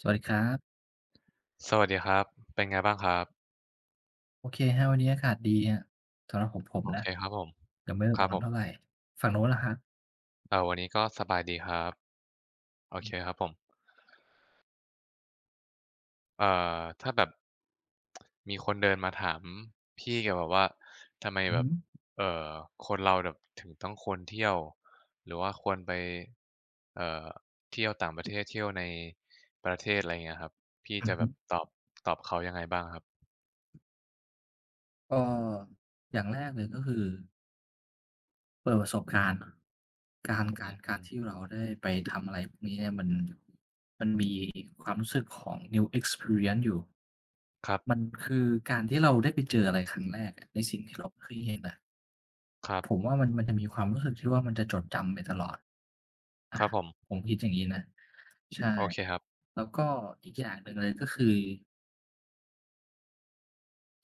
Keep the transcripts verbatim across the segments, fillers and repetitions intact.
สวัสดีครับสวัสดีครับเป็นไงบ้างครับโอเคคร้วันนี้อากาศดีคะสำหรับของผมโอนะเคครับผมยังไม่ครัร้บอผนมเท่าไรฝั่งโน้นล่ะครับเอ่อวันนี้ก็สบายดีครับโอเคครับผมเอ่อถ้าแบบมีคนเดินมาถามพี่เกี่ยวกับว่าทำไมอือแบฮึบเอ่อคนเราแบบถึงต้องควรเที่ยวหรือว่าควรไปเอ่อเที่ยวต่างประเทศเที่ยวในประเทศอะไรเงี้ยครับพี่อือจะแบฮึบตอบตอบเขายังไงบ้างครับก็อย่างแรกเลยก็คือเปิดประสบการณ์การอืการมการที่เราได้ไปทำอะไรพวกนี้เนี่ยมันมันมีความรู้สึกของ new experience อยู่ครับมันคือการที่เราได้ไปเจออะไรครั้งแรกอะในสิ่งที่เราไม่เคยเห็นอะครัผบมว่ามันมันจะมีความรู้สึกที่ว่ามันจะจดจำไปตลอด อาครับผผมมคิดอย่างงี้นะใช่โอเคครับแล้วก็อีกอย่างหนึ่งเลยก็คือ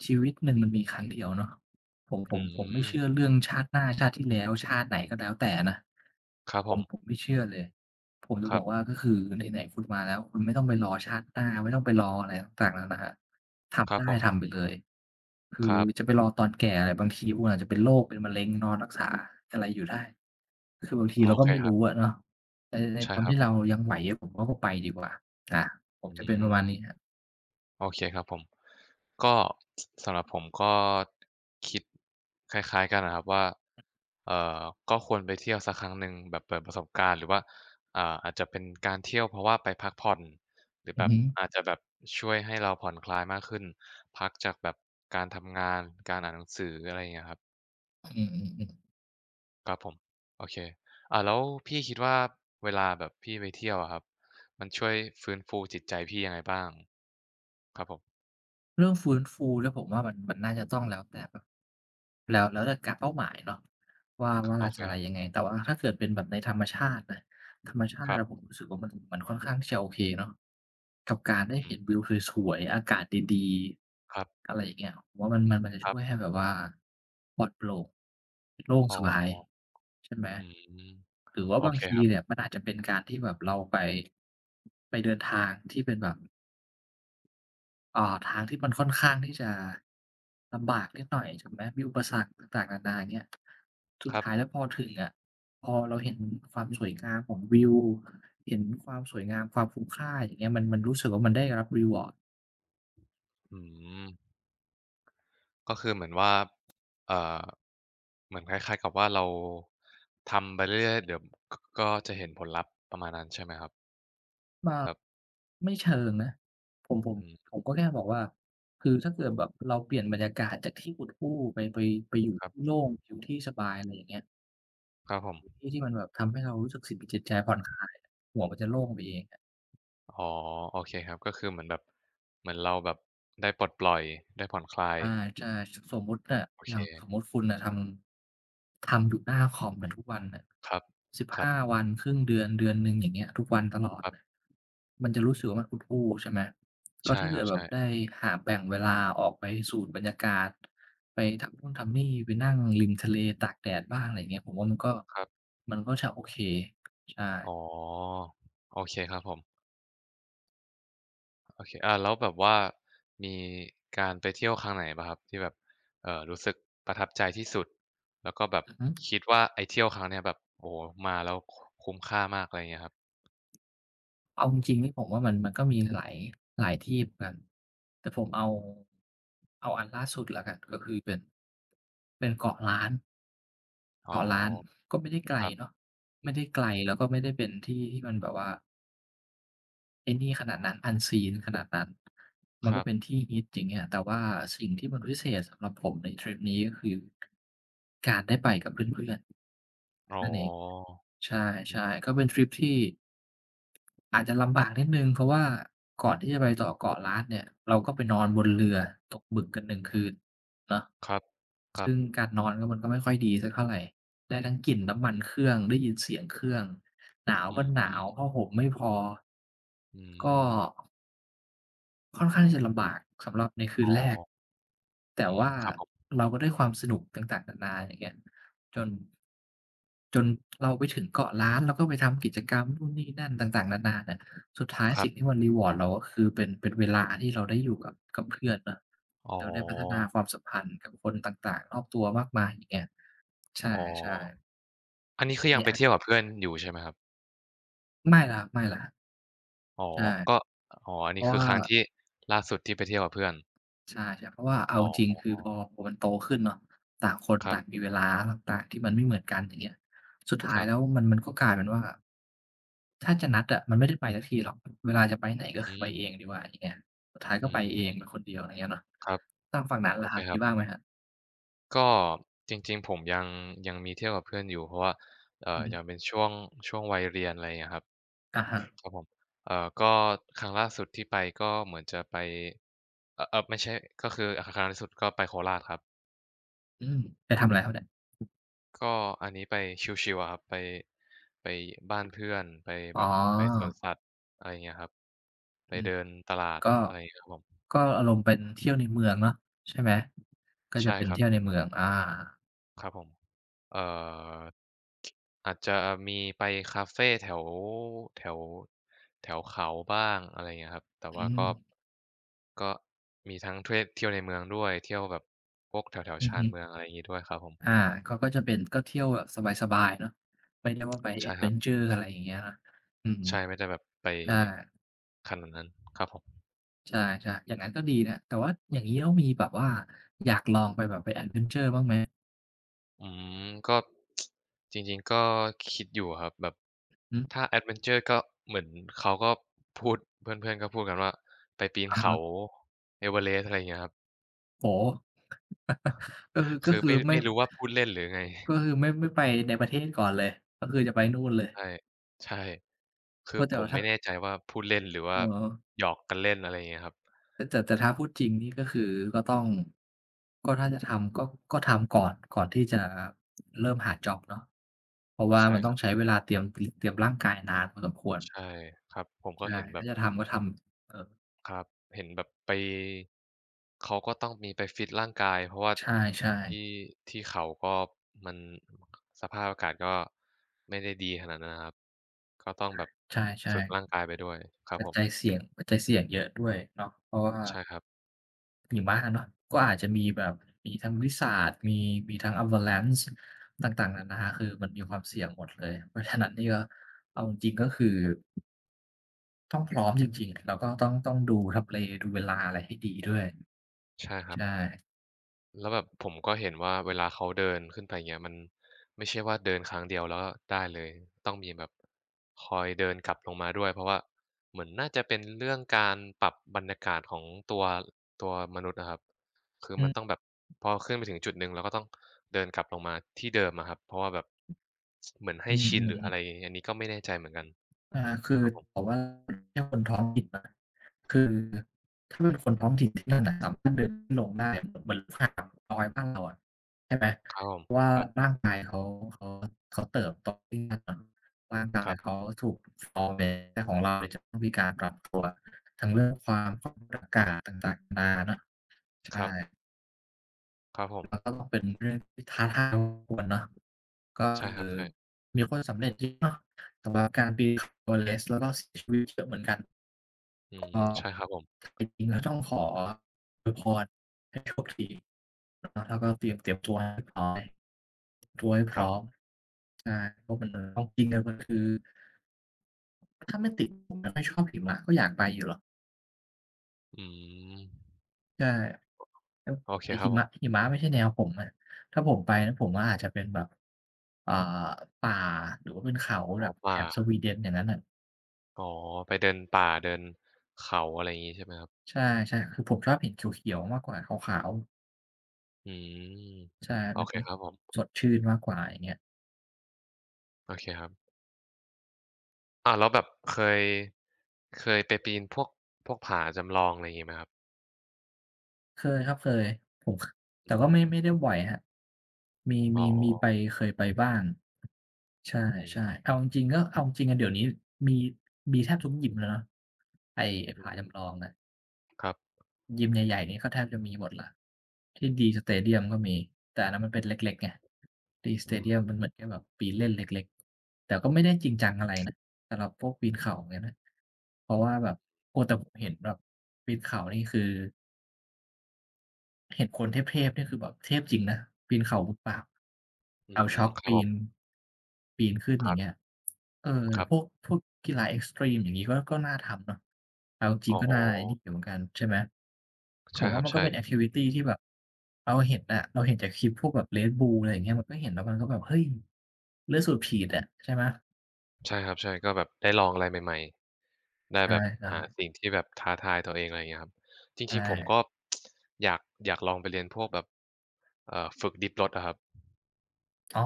ชีวิตหนึ่งมันมีครั้งเดียวเนาะผมผอืมผมไม่มเชื่อเรื่องชาติหน้าชาติที่แล้วชาติไหนก็แล้วแต่นะครับผผมมผมไม่เชื่อเลยผมจะคบรัอบกว่าก็คือไหนๆคุณมาแล้วคุณไม่ต้องไปรอชาติหน้าไม่ต้องไปรออะไรต่างๆนานาคทำรับได้ผทำมไปเลยคืคอรับ จะไปรอตอนแก่อะไรบางทีคุณอาจจะเป็นโรคเป็นมะเร็งนอนรักษาอะไรอยู่ได้คือบางทีโอเราก็เคไม่ครัรู้บอะเนาะในในใช่ตอนครัที่เราบยังไหวผมว่าก็ไปดีกว่าอาผมอืจะเป็นประมาณมนี้ครับโอเคครับผมก็สสำหรับผมก็คิดคล้ายๆกันนะครับว่าเอ่อก็ควรไปเที่ยวสักครั้งหนึ่งแบบเปิดประสบการณ์หรือว่าอ่าอาจจะเป็นการเที่ยวเพราะว่าไปพักผ่อนหรืออืแบอบฮึอาจจะแบบช่วยให้เราผ่อนคลายมากขึ้นพักจากแบบการทำงานการอ่านหนังสืออะไรอย่างเงี้ยครับ อือๆๆ ครับผมโอเคอ่าแล้วพี่คิดว่าเวลาแบบพี่ไปเที่ยวอะครับมันช่วยฟื้นฟูจิตใจพี่ยังไงบ้างครับผมเรื่องฟื้นฟูเนี่ยผมว่ามันมันน่าจะต้องแล้วแต่แบบแล้วแล้วแต่กะเป้าหมายเนาะว่าคว่าโอเคจะอะคไรรัยังบไงแต่ว่าถ้าเกิดเป็นแบบในธรรมชาตินะธรรมชาคติรับอะผมรู้สึกว่ามันมันค่อนข้างที่จะโอเคเนาะกับการได้เห็อืนวิมวสวยๆอากาศดีครัๆบอะไรอย่างเงี้ยผมว่ามันมันมันจะครัช่วยบให้แบบว่าปลอดโปร่งโล่งอ๋สอบายใช่ไหมอืมหรือว่าโอบางเคทีครัเนี่บยมันอาจจะเป็นการที่แบบเราไปไปเดินทางที่เป็นแบบ เอ่าทางที่มันค่อนข้างที่จะลำบากนิดหน่อยถูกไหมมีอุปสรรคต่างๆนานาอย่างเงี้ยสุคดรับท้ายแล้วพอถึงอะพอเราเห็นความสวยงามของวิวเห็นความสวยงามความคุ้มค่าอย่างเงี้ยมันมันรู้สึกว่ามันได้รับ reward อืมก็คือเหมือนว่าเอ่อเหมือนคล้ายๆกับว่าเราทำไปเรื่อยๆเดี๋ยวกก็จะเห็นผลลัพธ์ประมาณนั้นใช่ไหมครับมาแบบไม่เชิงนะผมผมอืมผมก็แค่บอกว่าคือถ้าเกิดแบบเราเปลี่ยนบรรยากาศจากที่อุดอู้ไปไปไปอยู่ครัที่บโล่งอยู่ที่สบายอะไรอย่างเงี้ยครับผม ที่ที่มันแบบทำให้เรารู้สึกจิตจิตใจผ่อนคลายหัวมันจะโล่งไปเอง อ๋อโอเคครับก็คือเหมือนแบบเหมือนเราแบบได้ปลดปล่อยได้ผ่อนคลายใช่ๆสมมุติน่ะโออเคย่างสมมุติคุณน่ะทำทำอยู่หน้าคอมน่ะทุกวันน่ะครับครับสิบห้าวันครึ่งเดือนเดือนหนึ่งอย่างเงี้ยทุกวันตลอดครัน่ะบมันจะรู้สึกว่ามันอุดอู้ใช่ไหม ก็ใช่ถ้าคเกิรัดบแบใช่บได้หาแบ่งเวลาออกไปสูดบรรยากาศไปทำนู่นทำนี่ไปนั่งริมทะเลตากแดดบ้างอะไรอย่างเงี้ยผมว่ามันก็ครับมันก็จะโอเคใช่อ๋อโอเคครับผมโอเคอ่าแล้วแบบว่ามีการไปเที่ยวครั้งไหนเปล่าครับที่แบบเอ่อรู้สึกประทับใจที่สุดแล้วก็แบบอือฮึ คิดว่าไอ้เที่ยวครั้งเนี้ยแบบโอ้โฮมาแล้วคคุ้มค่ามากอะไรอย่างเงี้ยครับเอาจริงๆนี่ผมว่ามันมันก็มีหลายหลายที่เหมือนกันแต่ผมเอาเอาอันล่าสุดแล้วกันก็คือเป็นเป็นเกาะล้านอ๋เกาะล้านอก็ไม่ได้ไกลครับเนาะไม่ได้ไกลแล้วก็ไม่ได้เป็นที่ที่มันแบบว่าไอ้นี่ขนาดนั้น unseen ขนาดนั้นมัคนก็รัเป็นบที่ฮิตอย่างเงี้ยแต่ว่าสิ่งที่มันพิเศษสำหรับผมในทริปนี้ก็คือการได้ไปกับเพื่อนอ๋ๆอนั่นเอง ใอืมช่ๆก็เป็นทริปที่อาจจะลำบากนิดหนึ่งเพราะว่าก่อนที่จะไปต่อเกาะล้านเนี่ยเราก็ไปนอนบนเรือตกหมึกกันหนึ่งคืนเนาะครับครับซึ่งการนอนก็มันก็ไม่ค่อยดีสักเท่าไรได้ทั้งกลิ่นน้ำมันเครื่องได้ยินเสียงเครื่องหนาวอืก็หนาวมผ้าห่มไม่พออืก็มค่อนข้างที่จะลำบากสำหรับในคืนอ๋อ แรกแต่อืมว่าครับผมเราก็ได้ความสนุกต่างๆนานาอย่างเงี้ยจน จนเราไปถึงเกาะล้านเราก็ไปทำกิจกรรมนู่นนี่นั่นต่างๆนานาเนี่ยสุดท้ายครัสิ่งที่บมันรีวอร์ดเราก็คือเป็นเป็นเวลาที่เราได้อยู่กับกับเพื่อนเนาะอ๋อเราได้พัฒนาความสัมพันธ์กับคนต่างๆรอบตัวมากมายอย่างเงี้ยใอ๋อช่ๆอันนี้คืออันยังนี้ไปเที่อายวกับเพื่อนอยู่ใช่ไหมครับไม่แล้วครับไม่แล้วครับอ๋อก็ใช่อ๋ออันเพนี้ราะคือว่า ครั้งที่ล่าสุดที่ไปเที่ยวกับเพื่อนใช่ๆเพราะว่าเอาอ๋จริงอคือพอพอมันโตขึ้นเนาะต่างคนครัต่างมีบเวลาต่างๆที่มันไม่เหมือนกันอย่างเงี้ยสุดคท้ายรับแล้วมันมันก็กลายเป็นว่าถ้าจะนัดอะมันไม่ได้ไปสักทีหรอกเวลาจะไปไหนก็อืคือไปเอมงดีกว่าอย่างเงี้ยสุดท้ายก็อืไปมเองเป็นคนเดียวอะไรเงี้ยเนาะครับทางฝั่งนั้นโอล่ะคเครับคมีรับบ้างไหมครับก็จริงๆผมยังยังมีเที่ยวกับเพื่อนอยู่เพราะว่าเอ่อืออฮึยังเป็นช่วงช่วงวัยเรียนอะไรเงี้ยครับอะฮะครับผมเอ่อก็ครั้งล่าสุดที่ไปก็เหมือนจะไปเอ่อๆไม่ใช่ก็คือคครั้งล่าสุดก็ไปโคราชครับ อืมไปทำอะไรครับเนี่ยก็อันนี้ไปชิลๆอะครับไปไปบ้านเพื่อนไปอ๋แบบไปสวอนสัตว์อะไรเงี้ยครับไปอืมเดินตลาดก็อะไรเงี้ยครับผมก็อารมณ์เป็นเที่ยวในเมืองเนาะใช่ไหมก็จะใช่เป็นครับเที่ยวในเมืองอาครับผมเอ่ออาจจะมีไปคาเฟแถวแถวแถวเขาบ้างอะไรเงี้ยครับแต่อืว่ามก็ก็มีทั้งเทยวเที่ยวในเมืองด้วยเที่ยวแบบพวกแถวแถวอือชาฮึ นเมืองอะไรอย่างงี้ด้วยครับผมอาเขาก็จะเป็นก็เที่ยวแบบสบายๆเนาะไม่ได้ว่าไปแอใช่ดคเวรับนเชอร์อะไรอย่างเงี้ยนะอืมใช่ไม่ได้แบบไปใช่ขนาดนั้นครับผม ใช่ๆอย่างงั้นก็ดีนะแต่ว่าอย่างงี้ต้องมีแบบว่าอย่างอืมก็ จริงๆก็คิดอยู่ครับแบบหือถ้าแอดเวนเจอร์ก็เหมือนเขาก็พูดเพื่อนๆก็พูดกันว่าไปปีนอะเขาฮะเอเวอเรสต์อะไรอย่างเงี้ยครับโอ้โฮ ก็คือก็คือคือไม่ไม่ไม่รู้ว่าพูดเล่นหรือไงก็คือไม่ไม่ไปในประเทศก่อนเลยก็คือจะไปนู่นเลยใช่ใช่คือว่าแต่ผมว่าไม่ถ้าแน่ใจว่าพูดเล่นหรือว่าอ๋อหยอกกันเล่นอะไรอย่างเงี้ยครับแต่แต่แต่ถ้าพูดจริงนี่ก็คือก็ต้องก็ถ้าจะทำก็ก็ทำก่อนก่อนที่จะเริ่มหาจ็อบเนาะเพราะว่าใช่มันคต้อรังบใช้เวลาเตรียมเตรียมร่างกายนานพอสมควร ใช่ครับผมก็ใช่เห็นแบถ้าบ จะทำก็ทำเอ่อครับเห็นแบบไปเขาก็ต้องมีไปฟิตร่างกายเพราะว่าใช่ๆที่ที่เขาก็มันสภาพอากาศก็ไม่ได้ดีขนาดนั้นนะครับก็ต้องแบบใช่ฝึกร่างๆกายไปด้วยครับปัจผจัยมเสี่ยงปัจจัยเสี่ยงเยอะด้วยเนาะเพราะว่าใช่ครับหิมะอะเนาะก็อาจจะมีแบบมีทั้ง บลิซซาร์ด มีมีทั้ง อาวาแลนช์ ต่างๆนานาคือมันมีความเสี่ยงหมดเลยเพราะฉะนั้นนี่ก็เอาจริงๆก็คือต้องพร้อมจริงๆแล้วก็ต้องต้องดูทำเลดูเวลาอะไรให้ดีด้วยใช่ครับ ใช่แล้วแบบผมก็เห็นว่าเวลาเขาเดินขึ้นไปเงี้ยมันไม่ใช่ว่าเดินครั้งเดียวแล้วก็ได้เลยต้องมีแบบคอยเดินกลับลงมาด้วยเพราะว่าเหมือนน่าจะเป็นเรื่องการปรับบรรยากาศของตัวตัวมนุษย์อะครับคืออืมันอต้องแบบพอขึ้นไปถึงจุดหนึ่งเราก็ต้องเดินกลับลงมาที่เดิมอะครับเพราะว่าแบบเหมือนอืให้ชินหรือออะไรๆ อันนี้ก็ไม่แน่ใจเหมือนกันอาคือครับผบมอกว่าแค่คนท้องถิ่นนะคือถ้าเป็นคนท้องถิ่นที่นั่นน่ะสามารถเดินขึ้นลงได้เหมือนห่างน้อยบ้านเราอะใช่ไหมครับผมเพราะว่าครับร่างกายเขาเขาเขาเติบโตที่นั่นน่ะร่างกาคยรัเขาบถูกฟอร์แมตแต่ของเราเนี่ยจะต้องมีการปรับตัวทั้งเรื่องความความกดอากาศต่างๆนานาเนาะคใช่รับครับผมแล้วก็ต้องเป็นเรื่องที่ท้าทายพอสมควรเนาะก็ใช่คืคอรับใช่มีคนสำเร็จเยอะเนาะสำหรับการปีนเขา อี วี อี แล้วก็เสียชีวิตเยอะเหมือนกัน อืมใช่ครับผมก็จริงๆแล้วต้องขออวยพรให้โชคดีเนาะแล้วก็เตรียมเตรียมตัวให้พร้อยตัวให้พครัร้อมบใช่เพราะมันมันต้องจริงๆอะมันคือถ้าไม่ติดผมไม่ค่อยชอบหิมะก็อยากไปอยู่หรอกอืม ใช่แล้วโอเคแต่ครัหิบผมะมหิมะไม่ใช่แนวผมอะถ้าผมไปนะผมว่าอาจจะเป็นแบบอ่าป่าหรือว่าเป็นเขาอ๋แบอบแถป่าบสวีเดนอย่างนั้นน่ะอ๋อไปเดินป่าเดินเขาอะไรอย่างงี้ใช่ไหมครับใช่ๆคือผมชอบเห็นเขียวๆมากกว่าขาวอืมๆใช่โอมันเคจะครับผมสดชื่นมากกว่าอย่างเงี้ย โอเคครับอ้าวแล้วแบบเคยเคยไปปีนพวกพวกผาจำลองอะไรอย่างงี้ไหมครับเคยครับเคยผมคอืแต่ก็อไม่ไม่ได้บ่อยครับมีอ๋มีมีอไปเคยไปบ้างใชอื่มๆเอาจริงๆก็เอาจริงๆอะเดี๋ยวนี้มีมีแทบทุกยิมแล้วเนาะไอ้ไอ้ผาจำลองอะๆครับยิมใหญ่ๆนี่ก็แทบจะมีหมดแล้วที่ D Stadium ก็มีแต่อันนั้นมันเป็นเล็กๆไง D อื Stadium มมันเหมือนแค่แบบปีนเล่นเล็กๆแต่ก็ไม่ได้จริงจังอะไรนะสำหรับพวกปีนเขาอย่างเงี้ยนะเพราะว่าแบบโอ้แต่ผมเห็นแบบปีนเขานี่คือ เห็นคนเทพๆนี่คือแบบเทพจริงนะปีนเขามือเปล่าอืเอาช็มอกครับปีผนมปีนขึ้นคอย่ารังเงี้ยบเออหครือรับพวกพวกกีฬาเอ็กซ์ตรีมอย่างงี้ก็ก็น่าทำเนาะเอาจริอ๋งอก็น่าไอ้นี่อยู่เหมือนกันใช่ไหมผใช่มคว่ารับมันก็ใช่ เป็นแอกทิวิตีที่แบบเราเห็นอะเราเห็นจากคลิปพวกแบบ เรดบูล อะไรอย่างเงี้ยมันก็เห็นแล้วมันก็แบบเฮ้ยเลือดสูบฉีดอะใช่ไหมใช่ครับใช่ก็แบบได้ลองอะไรใหม่ๆได้ใชแบบ่หาๆสิ่งที่แบบท้าทายตัวเองอะไรเงี้ยครับจใช่ริงๆผมก็อยากอยากลองไปเรียนพวกแบบเอ่อฝึกดิปรถอะครับอ๋อ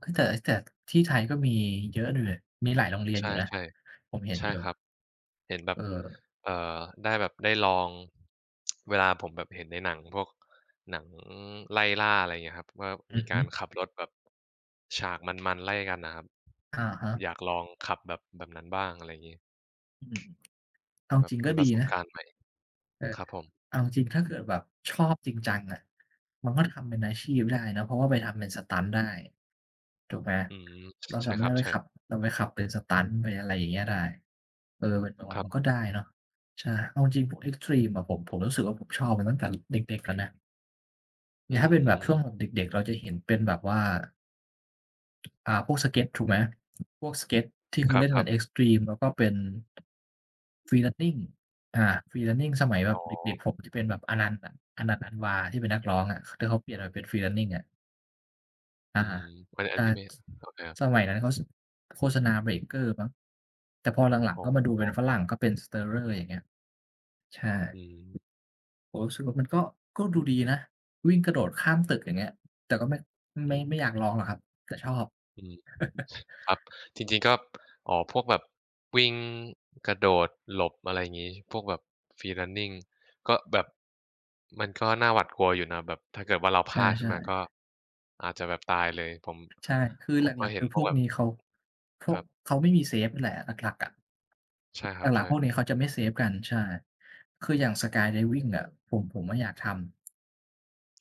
เฮ้ยแต่แต่ที่ไทยก็มีเยอะอยู่มีหลายโรงเรียนอใช่ยู่นะผมเห็ๆนใช่อยู่ครับเห็นแบเอบอเอ่อได้แบบได้ลองเวลาผมแบบเห็นในหนังพวกหนังไล่ล่าอะไรเงี้ยครับว่าอืมีอฮึ การขับรถแบบฉากมันๆไล่กันน่ะครับอะแบฮะบอยากลองขับแบบแบบนั้นบ้างอะไรงี้อืมเอาแบจบริงก็เป็นปดีระสบนะการณ์ใหม่เออครับผม เอาจริงถ้าเกิดแบบชอบจริงจังอะมันก็ทำเป็นอาชีพได้เนาะเพราะว่าไปทำเป็น stunt ได้ถูกไหมอืมเราใช่สาคมารัรบถไปใช่ขับเราไปขับเป็น stunt ไปอะไรอย่างเงี้ยได้เออมันมัคนรัมันบก็ได้เนาะใช่เอาจริงพวกเอ็กซ์ตรีมอะผมผมรู้สึกว่าผมชอบมาตั้งแต่เด็กๆแล้วนะออืย่างถ้าเป็นแบบช่วงแบบมเด็กๆเราจะเห็นเป็นแบบว่า อ่าพวกสเก็ตถูกไหมพวกสเก็ตที่เขาเล่นคกัรันบเอ็กซ์ตรีมแล้วก็เป็น free running อา ฟรี รันนิ่ง สมัยแบๆบอ๋อเด็กๆผมจะเป็นแบบอนันต์ออนันต์อันวาที่เป็นนักร้องอะที่เขาเปลี่ยนมาเป็น free running อะอาอืมอันอันใช่นี้ไม่โอเคครัสบมัยนั้นเขาสโฆษณา เบรกเกอร์ มั้งแต่พอหลังอ๋ๆอก็มาดูเป็นฝรั่งก็เป็น สแตเรอร์ อย่างเงี้ยใช่อืมผมรู้สึกว่ามันก็ก็ดูดีนะวิ่งกระโดดข้ามตึกอย่างเงี้ยแต่ก็ไม่ไม่ไม่อยากลองหรอกครับแต่ชอบอืมครับจริงๆก็อ๋อพวกแบบวิ่งกระโดดหลบอะไรอย่างงี้พวกแบบ free running ก็แบบมันก็น่าหวาดกลัวอยู่นะแบบถ้าเกิดว่าเราพลาดขึ้นใช่มาก็ๆ อาจจะแบบตายเลยผมใช่คือผหมก็ลักๆเห็คืนอพพวกวกแบบนี้เขาพวคกรับเขาไม่มีเซฟแหละหลักๆอะใช่ครับหลักใช่ๆพวกนี้เขาจะไม่เซฟกันใช่คืออย่าง Skydiving อะผมผมอะอยากทำ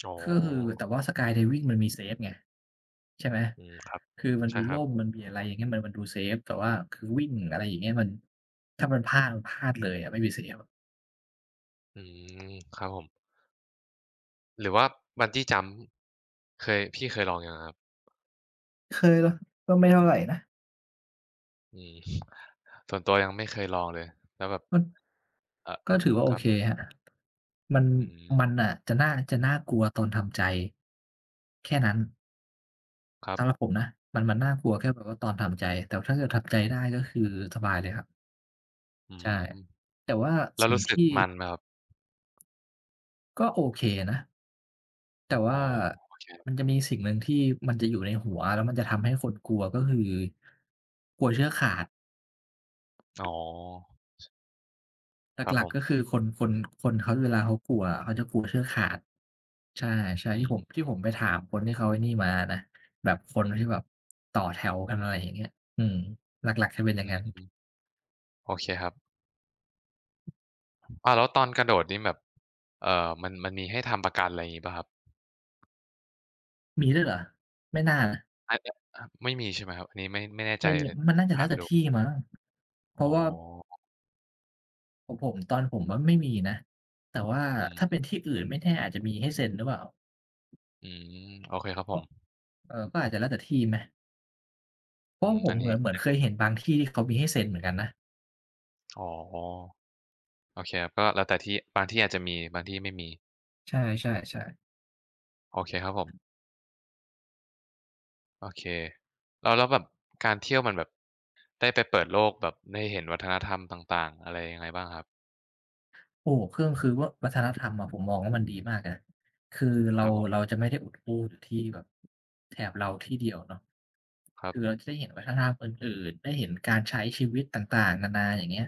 อ๋อก็คือแต่ว่า Skydiving มันมีเซฟไงใช่ไหมอืมครับคือมันใช่มีครัร่บมมันมีอะไรอย่างเงี้ยมันมันดูเซฟแต่ว่าคือวิ่งอะไรอย่างเงี้ยมันถ้ามันพลาดมันพลาดเลยอะไม่มีเซฟอืมครับผม หรือว่า Bungee Jump เคยพี่เคยลองยังอะครับเคยนะก็ไม่เท่าไรนะอืม ส่วนตัวยังไม่เคยลองเลยแล้วแบบมัน เอ่อก็ถือว่าโอครับเคครับมันอืมมันน่ะจะน่าจะน่ากลัวตอนทำใจแค่นั้นครัสำหรับบผมนะมันมันน่ากลัวแค่แบบว่าตอนทำใจแต่ถ้าเกิดทำใจได้ก็คือสบายเลยครับอืใช่มแต่ว่าแล้วสิ่งรู้สึกที่มันไหมครับก็โอเคนะแต่อ๋ว่าอโอเคมันจะมีสิ่งหนึ่งที่มันจะอยู่ในหัว แล้วมันจะทำให้คนกลัวก็คือกลัวเชือกขาด อ๋อหครับลัผกๆก็มคือคนคนคนเขาเวลาเขากลัวอะเขาจะกลัวเชือกขาดใช่อืๆที่ผมมที่ผมไปถามคนที่เขาไอ้นี่มานะแบบคนที่แบบต่อแถวกันอะไรอย่างเงี้ยอืมหลักๆจะเป็นอย่าอืงงั้นมโอเคครับอ้าวแล้วตอนกระโดดนี่แบบเอ่อมันมันมีให้ทำประกันอะไรอย่างงี้เปล่าครับมีด้วยเหรอไม่น่านะอาอไม่มีใช่ไหมครับอันนี้ไม่ไม่แน่ใจไม่มีเลยมันน่าจะแล้ถาวมแต่ดูที่มั้งเพราะอ๋ว่าอของผมตอนผมอะไม่มีนะแต่ว่าอืมถ้าเป็นที่อื่นไม่แน่อาจจะมีให้เซ็นหรือเปล่าอืมโอเคครับผก็มเอ่อก็อาจจะแล้วแต่ที่ไหมเพอืราะว่ามผอัมนเหนี้มือนเหมือนเคยเห็นบางที่ที่เขามีให้เซ็นเหมือนกันนะอ๋อ โอเคครับก็แล้วแต่ที่บางที่อาจจะมีบางที่ไม่มีใช่ๆๆ โอเคครับผมโอเคแล้วแล้วแบบการเที่ยวมันแบบได้ไปเปิดโลกแบบได้เห็นวัฒนธรรมต่างๆอะไรยังไงบ้างครับโอ้เครื่องคือว่าวัฒนธรรมอะผมมองว่ามันดีมากนะคือคเรารับผเรามจะไม่ได้อุดอู้อยู่ที่แบบแถบเราที่เดียวเนาะครับคือเราจะได้เห็นวัฒนธรรมอื่นๆได้เห็นการใช้ชีวิตต่างๆนานาอย่างเงี้ย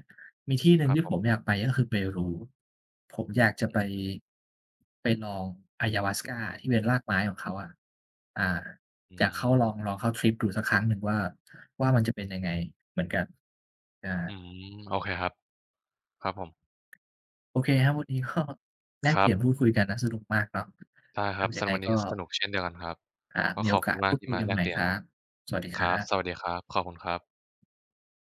มีที่หนึ่คงรับที่ผผมมอยากไปก็คือเปรูผมอยากจะไปไปลอง Ayahuasca ที่เป็นรากไม้ของเขาอะอ่าอือยากเข้าลองลมองเข้าทริปดูสักครั้งหนึ่งว่าว่ามันจะเป็นยังไงเหมือนกันอา อืมโอเคครับครับผมโอเคครับวันนี้ก็แลคกเปรัลี่บยนพูดคุยกันนะสนุกมากเนาะได้คครัรับบยัสำงหรัไงบวันก็นี้ก็สนุกเช่นเดียวกันครับอ่าก็มีขโออบคุกาสณมาพูกดที่คุยมากันแลใหกม่เปลี่คยนรับ สวัสดีคครัรับสวัสบดีครับขอบคุณครับ